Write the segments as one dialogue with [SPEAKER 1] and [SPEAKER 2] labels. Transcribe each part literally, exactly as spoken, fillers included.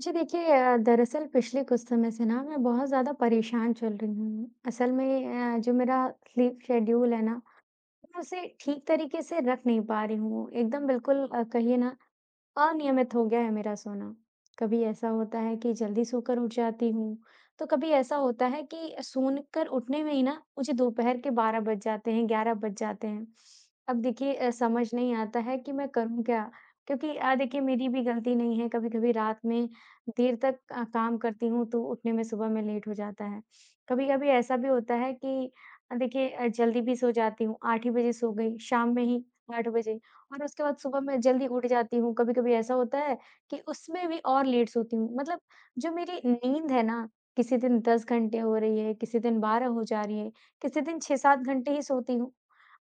[SPEAKER 1] जी देखिए अ, दरअसल पिछले कुछ समय से ना मैं बहुत ज़्यादा परेशान चल रही हूँ। असल में अ, जो मेरा स्लीप शेड्यूल है ना, मैं उसे ठीक तरीके से रख नहीं पा रही हूँ। एकदम बिल्कुल अ, कहिए ना, अनियमित हो गया है मेरा सोना। कभी ऐसा होता है कि जल्दी सोकर उठ जाती हूँ, तो कभी ऐसा होता है कि सोकर उठने में ही ना मुझे दोपहर के बारह बज जाते हैं, ग्यारह बज जाते हैं। अब देखिए अ, समझ नहीं आता है कि मैं करूँ क्या? क्योंकि अ, देखिए, मेरी भी गलती नहीं है, कभी-कभी रात में देर तक अ, काम करती हूँ, तो उठने में सुबह में लेट हो जाता है। कभी-कभी ऐसा भी होता है कि अ, देखिए, अ, जल्दी भी सो जाती हूँ, आठ ही बजे सो गई, शाम में ही आठ बजे। और उसके बाद सुबह मैं जल्दी उठ जाती हूँ, कभी-कभी ऐसा होता है कि उसमें भी और लेट सोती हूँ। मतलब जो मेरी नींद है ना, किसी दिन दस घंटे हो रही है, किसी दिन बारह हो जा रही है, किसी दिन छह सात घंटे ही सोती हूँ,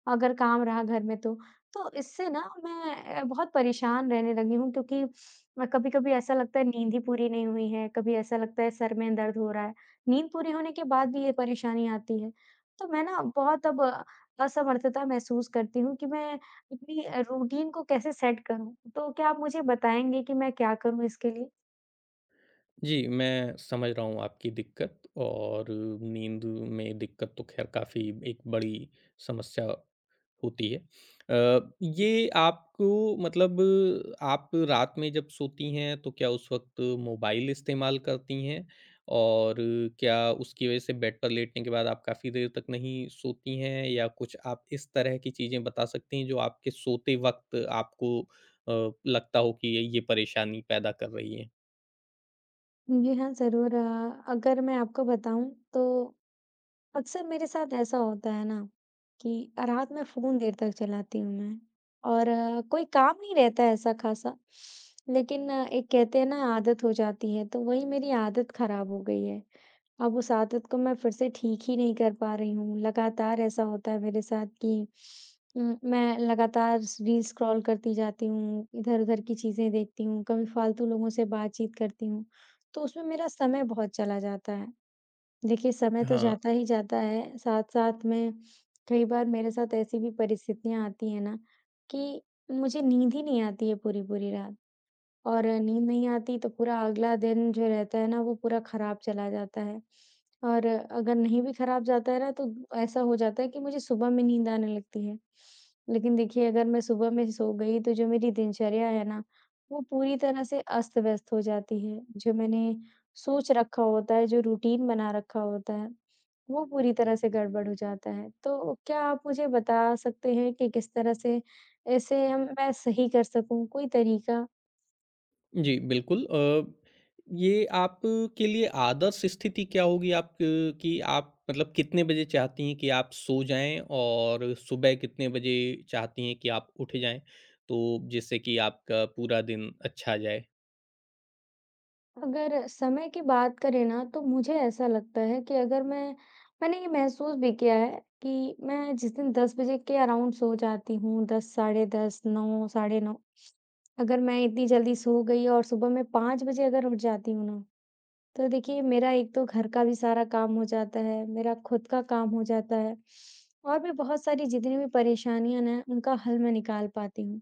[SPEAKER 1] अगर काम रहा घर में तो। तो इससे ना मैं अ, बहुत परेशान रहने लगी हूँ, क्योंकि अ, कभी-कभी ऐसा लगता है नींद ही पूरी नहीं हुई है, कभी ऐसा लगता है सर में दर्द हो रहा है। नींद पूरी होने के बाद भी ये परेशानी आती है। तो मैं ना बहुत अब असमर्थता महसूस करती हूँ कि मैं अपनी अ, रूटीन को कैसे सेट करूँ? तो क्या आप मुझे बताएँगे कि मैं क्या करूँ इसके लिए?
[SPEAKER 2] जी, मैं समझ रहा हूँ आपकी दिक्कत और नींद में दिक्कत तो ख़ैर काफ़ी एक बड़ी समस्या होती है। अ, ये आपको मतलब आप रात में जब सोती हैं तो क्या उस वक़्त मोबाइल इस्तेमाल करती हैं? और क्या उसकी वज़ह से बेड पर लेटने के बाद आप काफ़ी देर तक नहीं सोती हैं? या कुछ आप इस तरह की चीज़ें बता सकती हैं जो आपके सोते वक़्त आपको अ, लगता हो कि ये ये परेशानी पैदा कर रही है?
[SPEAKER 1] जी हाँ, ज़रूर अ, अगर मैं आपको बताऊँ तो अक्सर मेरे साथ ऐसा होता है ना कि रात में फ़ोन देर तक चलाती हूँ मैं, और अ, कोई काम नहीं रहता है ऐसा खासा, लेकिन अ, एक कहते हैं ना, आदत हो जाती है, तो वही मेरी आदत खराब हो गई है। अब उस आदत को मैं फिर से ठीक ही नहीं कर पा रही हूँ। लगातार ऐसा होता है मेरे साथ कि उम, मैं लगातार स रील स्क्रॉल करती जाती हूँ, इधर-उधर की चीज़ें देखती हूँ, कभी फालतू लोगों से बातचीत करती हूँ, तो उसमें मेरा समय बहुत चला जाता है। देखिए, समय तो
[SPEAKER 2] हाँ,
[SPEAKER 1] जाता ही जाता है, साथ-साथ में कई बार मेरे साथ ऐसी भी परिस्थितियाँ आती हैं ना कि मुझे नींद ही नहीं आती है पूरी-पूरी रात। और नींद नहीं आती, तो पूरा अगला दिन जो रहता है ना, वो पूरा खराब चला जाता है। और अगर नहीं भी खराब जाता है ना, तो ऐसा हो जाता है कि मुझे सुबह में नींद आने लगती है। लेकिन देखिए, अगर मैं सुबह में सो गई, तो जो मेरी दिनचर्या है ना, वो पूरी तरह से अस्त-व्यस्त हो जाती है। जो मैंने सोच रखा होता है, जो रूटीन बना रखा होता है, वो पूरी तरह से गड़बड़ हो जाता है। तो क्या आप मुझे बता सकते हैं कि किस तरह से इसे हम मैं सही कर सकूँ? कोई तरीका?
[SPEAKER 2] जी, बिल्कुल। अ, ये आपके लिए आदर्श स्थिति क्या होगी आप, अ, कि आप मतलब कितने बजे चाहती हैं कि आप सो जाएँ और सुबह कितने बजे चाहती हैं कि आप उठ जाएँ? तो जिससे कि आपका पूरा दिन अच्छा जाए।
[SPEAKER 1] अगर समय की बात करें ना, तो मुझे ऐसा लगता है कि अगर मैं मैंने ये महसूस भी किया है कि मैं जिस दिन दस बजे के अराउंड सो जाती हूँ, दस, साढ़े दस, नौ, साढ़े नौ, अगर मैं इतनी जल्दी सो गई और सुबह में पाँच बजे अगर उठ जाती हूँ ना, तो देखिए मेरा एक तो घर का भी सारा काम हो जाता है, मेरा खुद का काम हो जाता है, और भी बहुत सारी जितनी भी परेशानियां ना, उनका हल मैं निकाल पाती हूँ।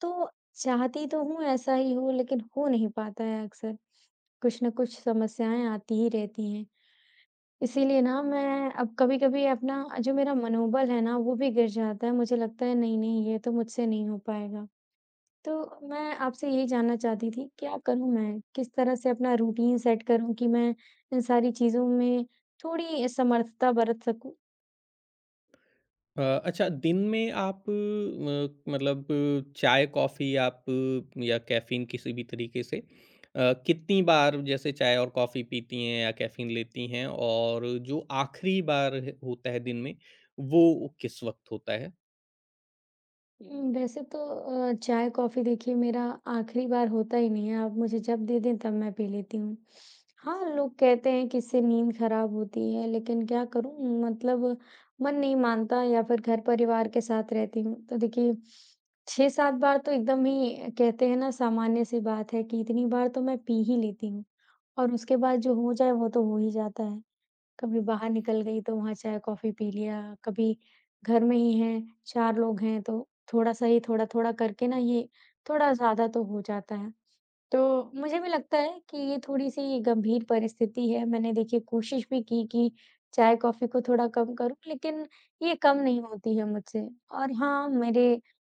[SPEAKER 1] तो चाहती तो हूँ ऐसा ही हो, लेकिन हो नहीं पाता है, अक्सर कुछ न कुछ समस्याएँ आती ही रहती हैं। इसीलिए ना मैं अब कभी-कभी, अपना जो मेरा मनोबल है ना, वो भी गिर जाता है। मुझे लगता है नहीं-नहीं, ये तो मुझसे नहीं हो पाएगा। तो मैं आपसे यही जानना चाहती थी, क्या करूँ मैं? किस तरह से अपना रूटीन सेट करूँ कि मैं इन सारी चीज़ों में थोड़ी समर्थता बरत सकूँ?
[SPEAKER 2] अ, अच्छा, दिन में आप, अ, मतलब अ, चाय कॉफ़ी आप, अ, या कैफ़ीन किसी भी तरीके से अ, कितनी बार जैसे चाय और कॉफ़ी पीती हैं या कैफ़ीन लेती हैं? और जो आखिरी बार ह होता है दिन में वो किस वक़्त होता है?
[SPEAKER 1] उम, वैसे तो अ, चाय कॉफ़ी देखिए, मेरा आखिरी बार होता ही नहीं है, आप मुझे जब दे दें तब मैं पी लेती हूँ। हाँ, लोग कहते हैं कि इससे नींद खराब होती है, लेकिन क्या करूँ, मतलब मन नहीं मानता, या फिर घर परिवार के साथ रहती हूँ, तो देखिए छह सात बार तो एकदम ही, कहते हैं ना सामान्य सी बात है, कि इतनी बार तो मैं पी ही लेती हूँ, और उसके बाद जो हो जाए वो तो हो ही जाता है। कभी बाहर निकल गई, तो वहाँ चाय कॉफ़ी पी लिया, कभी घर में ही हैं, चार लोग हैं, तो थोड़ा-सा ही, थोड़ा-थोड़ा करके ना, ये थोड़ा ज़्यादा तो हो जाता है। तो मुझे भी लगता है कि ये थोड़ी-सी गंभीर परिस्थिति है। मैंने देखिए कोशिश भी की कि चाय-कॉफ़ी को थोड़ा कम करूँ, लेकिन ये कम नहीं होती है मुझसे। और हाँ, मेरे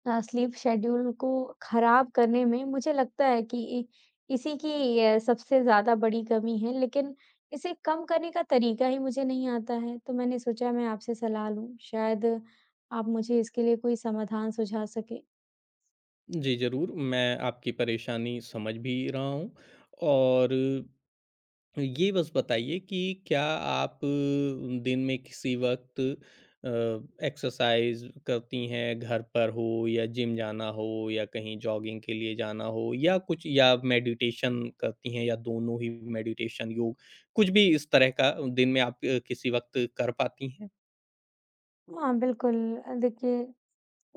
[SPEAKER 1] अ, स्लीप शेड्यूल को खराब करने में मुझे लगता है कि इ इसी की अ, सबसे ज़्यादा बड़ी कमी है, लेकिन इसे कम करने का तरीका ही मुझे नहीं आता है। तो मैंने सोचा मैं आपसे सलाह लूँ, शायद आप मुझे इसके लिए कोई समाधान सुझा सकें।
[SPEAKER 2] जी, ज़रूर, मैं आपकी परेशानी समझ भी रहा हूँ, और ये बस बताइए कि क्या आप अ, दिन में किसी वक़्त अ, एक्सरसाइज़ करती हैं, घर पर हो या जिम जाना हो या कहीं जॉगिंग के लिए जाना हो या कुछ, या मेडिटेशन करती हैं या दोनों ही, मेडिटेशन, योग, कुछ भी इस तरह का दिन में आप अ, किसी वक़्त कर पाती हैं?
[SPEAKER 1] हाँ, बिल्कुल अ, देखिए,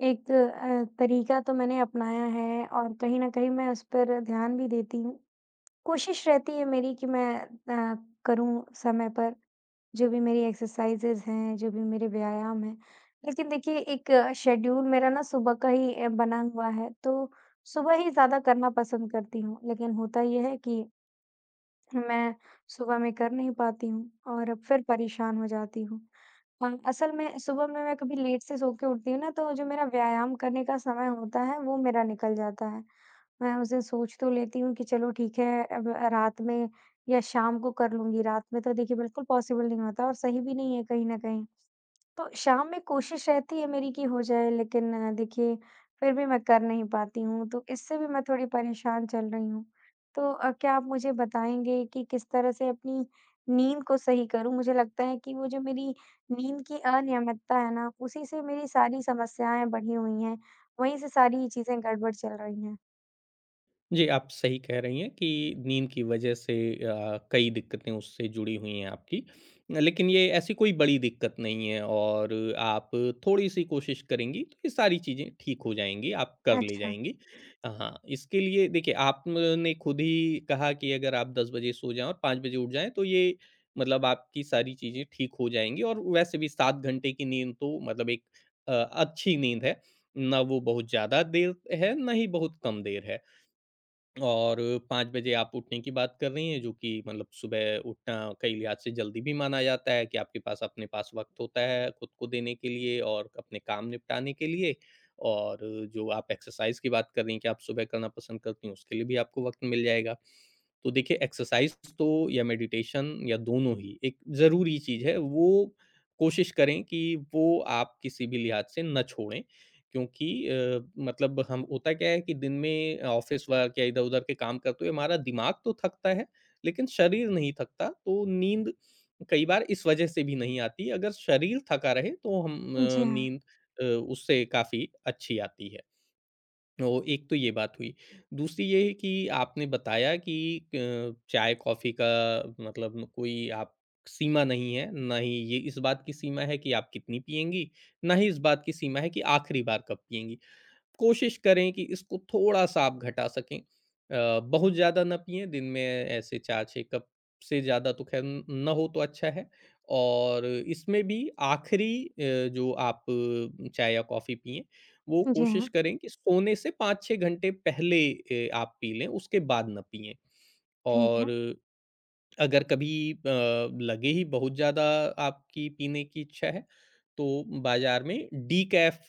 [SPEAKER 1] एक अ, तरीका तो मैंने अपनाया है, और कहीं न कहीं मैं उस पर ध्यान भी देती हूँ। कोशिश रहती है मेरी कि मैं अ, करूँ समय पर, जो भी मेरी एक्सरसाइज़ेज़ हैं, जो भी मेरे व्यायाम हैं। लेकिन देखिए, एक शेड्यूल मेरा ना सुबह का ही अ, बना हुआ है, तो सुबह ही ज़्यादा करना पसंद करती हूँ। लेकिन होता ये है कि मैं सुबह में कर नहीं पाती हूँ, और अब फिर परेशान हो जाती हूँ। अ, असल में सुबह में मैं कभी लेट से सो के उठती हूँ ना, तो जो मेरा व्यायाम करने का समय होता है वो मेरा निकल जाता है। मैं उस दिन सोच तो लेती हूँ कि चलो ठीक है, अब रात में या शाम को कर लूँगी, रात में तो देखिए बिल्कुल पॉसिबल नहीं होता, और सही भी नहीं है कहीं न कहीं। तो शाम में कोशिश रहती है मेरी कि हो जाए, लेकिन अ, देखिए, फिर भी मैं कर नहीं पाती हूँ, तो इससे भी मैं थोड़ी परेशान चल रही हूँ। तो अ, क्या आप मुझे बताएँगे कि किस तरह से अपनी नींद को सही करूँ? मुझे लगता है कि वो जो मेरी नींद की अनियमितता है ना, उसी से मेरी सारी समस्याएँ बढ़ी हुई हैं, वहीं से सारी चीज़ें गड़बड़ चल रही हैं।
[SPEAKER 2] जी, आप सही कह रही हैं कि नींद की वजह से अ, कई दिक्कतें उससे जुड़ी हुई हैं आपकी। लेकिन ये ऐसी कोई बड़ी दिक्कत नहीं है और आप थोड़ी-सी कोशिश करेंगी तो ये सारी चीज़ें ठीक हो जाएँगी, आप कर ले
[SPEAKER 1] अच्छा।
[SPEAKER 2] जाएँगी। हाँ, इसके लिए देखिए आपने खुद ही कहा कि अगर आप दस बजे सो जाएँ और पाँच बजे उठ जाएँ तो ये मतलब आपकी सारी चीज़ें ठीक हो जाएँगी, और वैसे भी सात घंटे की नींद तो मतलब एक अ, अच्छी नींद है। ना वो बहुत ज़्यादा देर है, ना ही बहुत कम देर है। और पाँच बजे आप उठने की बात कर रही हैं, जो कि मतलब सुबह उठना कई लिहाज से जल्दी भी माना जाता है कि आपके पास अपने पास वक़्त होता है खुद को देने के लिए और अपने काम निपटाने के लिए। और जो आप एक्सरसाइज़ की बात कर रही हैं कि आप सुबह करना पसंद करती हैं, उसके लिए भी आपको वक़्त मिल जाएगा। तो देखिए एक्सरसाइज़ तो या मेडिटेशन या दोनों ही एक ज़रूरी चीज़ है, वो कोशिश करें कि वो आप किसी भी लिहाज से ना छोड़ें। क्योंकि अ, मतलब हम, होता क्या है कि दिन में ऑफिस वर्क या इधर-उधर के काम करते हुए हमारा दिमाग तो थकता है, लेकिन शरीर नहीं थकता। तो नींद कई बार इस वजह से भी नहीं आती, अगर शरीर थका रहे तो हम, अ,
[SPEAKER 1] जी हाँ।
[SPEAKER 2] नींद अ, उससे काफ़ी अच्छी आती है। तो एक तो ये बात हुई। दूसरी ये है कि आपने बताया कि अ, चाय-कॉफ़ी का मतलब कोई आप सीमा नहीं है, ना ही ये इस बात की सीमा है कि आप कितनी पिएँगी, ना ही इस बात की सीमा है कि आखिरी बार कब पिएँगी। कोशिश करें कि इसको थोड़ा-सा आप घटा सकें। अ, बहुत ज़्यादा ना पिएँ, दिन में ऐसे चार से छह कप से ज़्यादा तो ख़ैर न ना हो तो अच्छा है। और इसमें भी आखिरी अ, जो आप अ, चाय या कॉफ़ी पिएँ, वो
[SPEAKER 1] जी
[SPEAKER 2] कोशिश
[SPEAKER 1] हाँ,
[SPEAKER 2] करें कि सोने से पाँच से छह घंटे पहले ए, आप पी लें, उसके बाद ना पिएँ।
[SPEAKER 1] ठीक है।
[SPEAKER 2] और अगर कभी अ, लगे ही बहुत ज़्यादा आपकी पीने की इच्छा है, तो बाज़ार में डिकैफ़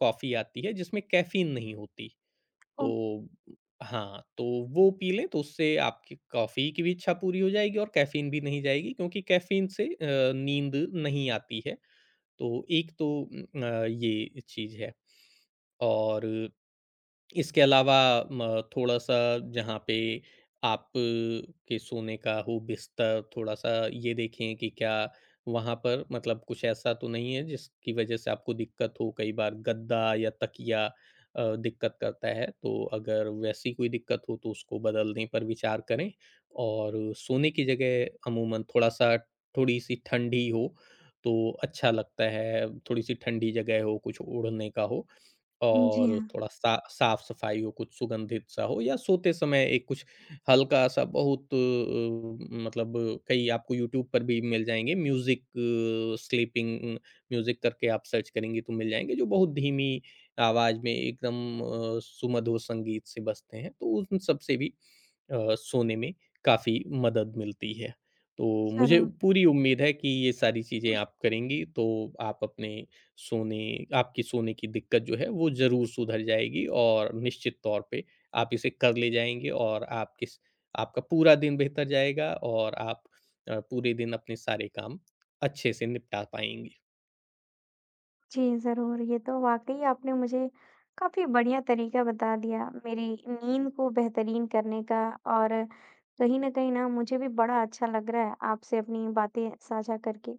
[SPEAKER 2] कॉफ़ी आती है जिसमें कैफ़ीन नहीं होती। तो
[SPEAKER 1] ओह!
[SPEAKER 2] हाँ, तो वो पी लें तो उससे आपकी कॉफ़ी की भी इच्छा पूरी हो जाएगी और कैफ़ीन भी नहीं जाएगी, क्योंकि कैफ़ीन से अ, नींद नहीं आती है। तो एक तो उम, अ, ये चीज़ है। और इसके अलावा म, थोड़ा-सा जहाँ पे आप अ, के सोने का हो बिस्तर, थोड़ा-सा ये देखें कि क्या वहाँ पर मतलब कुछ ऐसा तो नहीं है जिसकी वज़ह से आपको दिक्कत हो? कई बार गद्दा या तकिया अ, दिक्कत करता है, तो अगर वैसी कोई दिक्कत हो तो उसको बदलने पर विचार करें। और सोने की जगह अमूमन थोड़ा-सा थोड़ी-सी ठंडी हो, तो अच्छा लगता है। थोड़ी-सी ठंडी जगह हो, कुछ ओढ़ने का हो
[SPEAKER 1] जी
[SPEAKER 2] और
[SPEAKER 1] हाँ,
[SPEAKER 2] थोड़ा सा साफ-सफाई हो, कुछ सुगंधित-सा हो या सोते समय एक कुछ हल्का-सा बहुत, अ, मतलब, कई आपको यूट्यूब पर भी मिल जाएँगे, म्यूज़िक, स्लीपिंग म्यूज़िक करके आप सर्च करेंगे तो मिल जाएँगे, जो बहुत धीमी आवाज़ में एकदम अ, सुमधुर संगीत से बजते हैं, तो उन सब से भी अ, सोने में काफ़ी मदद मिलती है। तो मुझे
[SPEAKER 1] ज़रूर।
[SPEAKER 2] पूरी उम्मीद है कि ये सारी चीज़ें आप करेंगी, तो आप अपने सोने आपकी सोने की दिक्कत जो है वो ज़रूर सुधर जाएगी और निश्चित तौर पे आप इसे कर ले जाएँगे, और आप किस आपका पूरा दिन बेहतर जाएगा और आप अ, पूरे दिन अपने सारे काम अच्छे से निपटा पाएँगे।
[SPEAKER 1] जी, ज़रूर। ये तो वाक़ई आपने मुझे काफ़ी बढ़िया तरीका बता दिया मेरी नींद को बेहतरीन करने का, और कहीं न कहीं ना मुझे भी बड़ा अच्छा लग रहा है आपसे अपनी बातें साझा करके।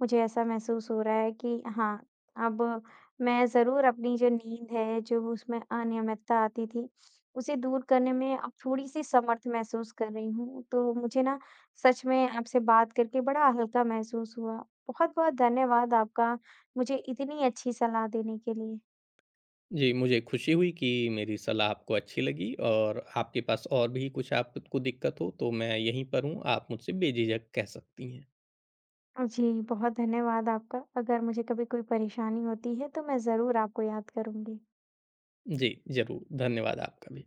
[SPEAKER 1] मुझे ऐसा महसूस हो रहा है कि हाँ, अब मैं ज़रूर, अपनी जो नींद है, जो उसमें अनियमितता आती थी, उसे दूर करने में अब थोड़ी-सी समर्थ महसूस कर रही हूँ। तो मुझे ना सच में आपसे बात करके बड़ा हल्का महसूस हुआ। बहुत-बहुत धन्यवाद आपका। मुझे इतनी अच्छी सलाह देने के लिए।
[SPEAKER 2] जी, मुझे खुशी हुई कि मेरी सलाह आपको अच्छी लगी। और आपके पास और भी कुछ आपको दिक्कत हो तो मैं यहीं पर हूँ, आप मुझसे बेझिझक कह सकती हैं।
[SPEAKER 1] जी, बहुत धन्यवाद आपका। अगर मुझे कभी कोई परेशानी होती है, तो मैं ज़रूर आपको याद करूँगी।
[SPEAKER 2] जी, ज़रूर। धन्यवाद आपका भी।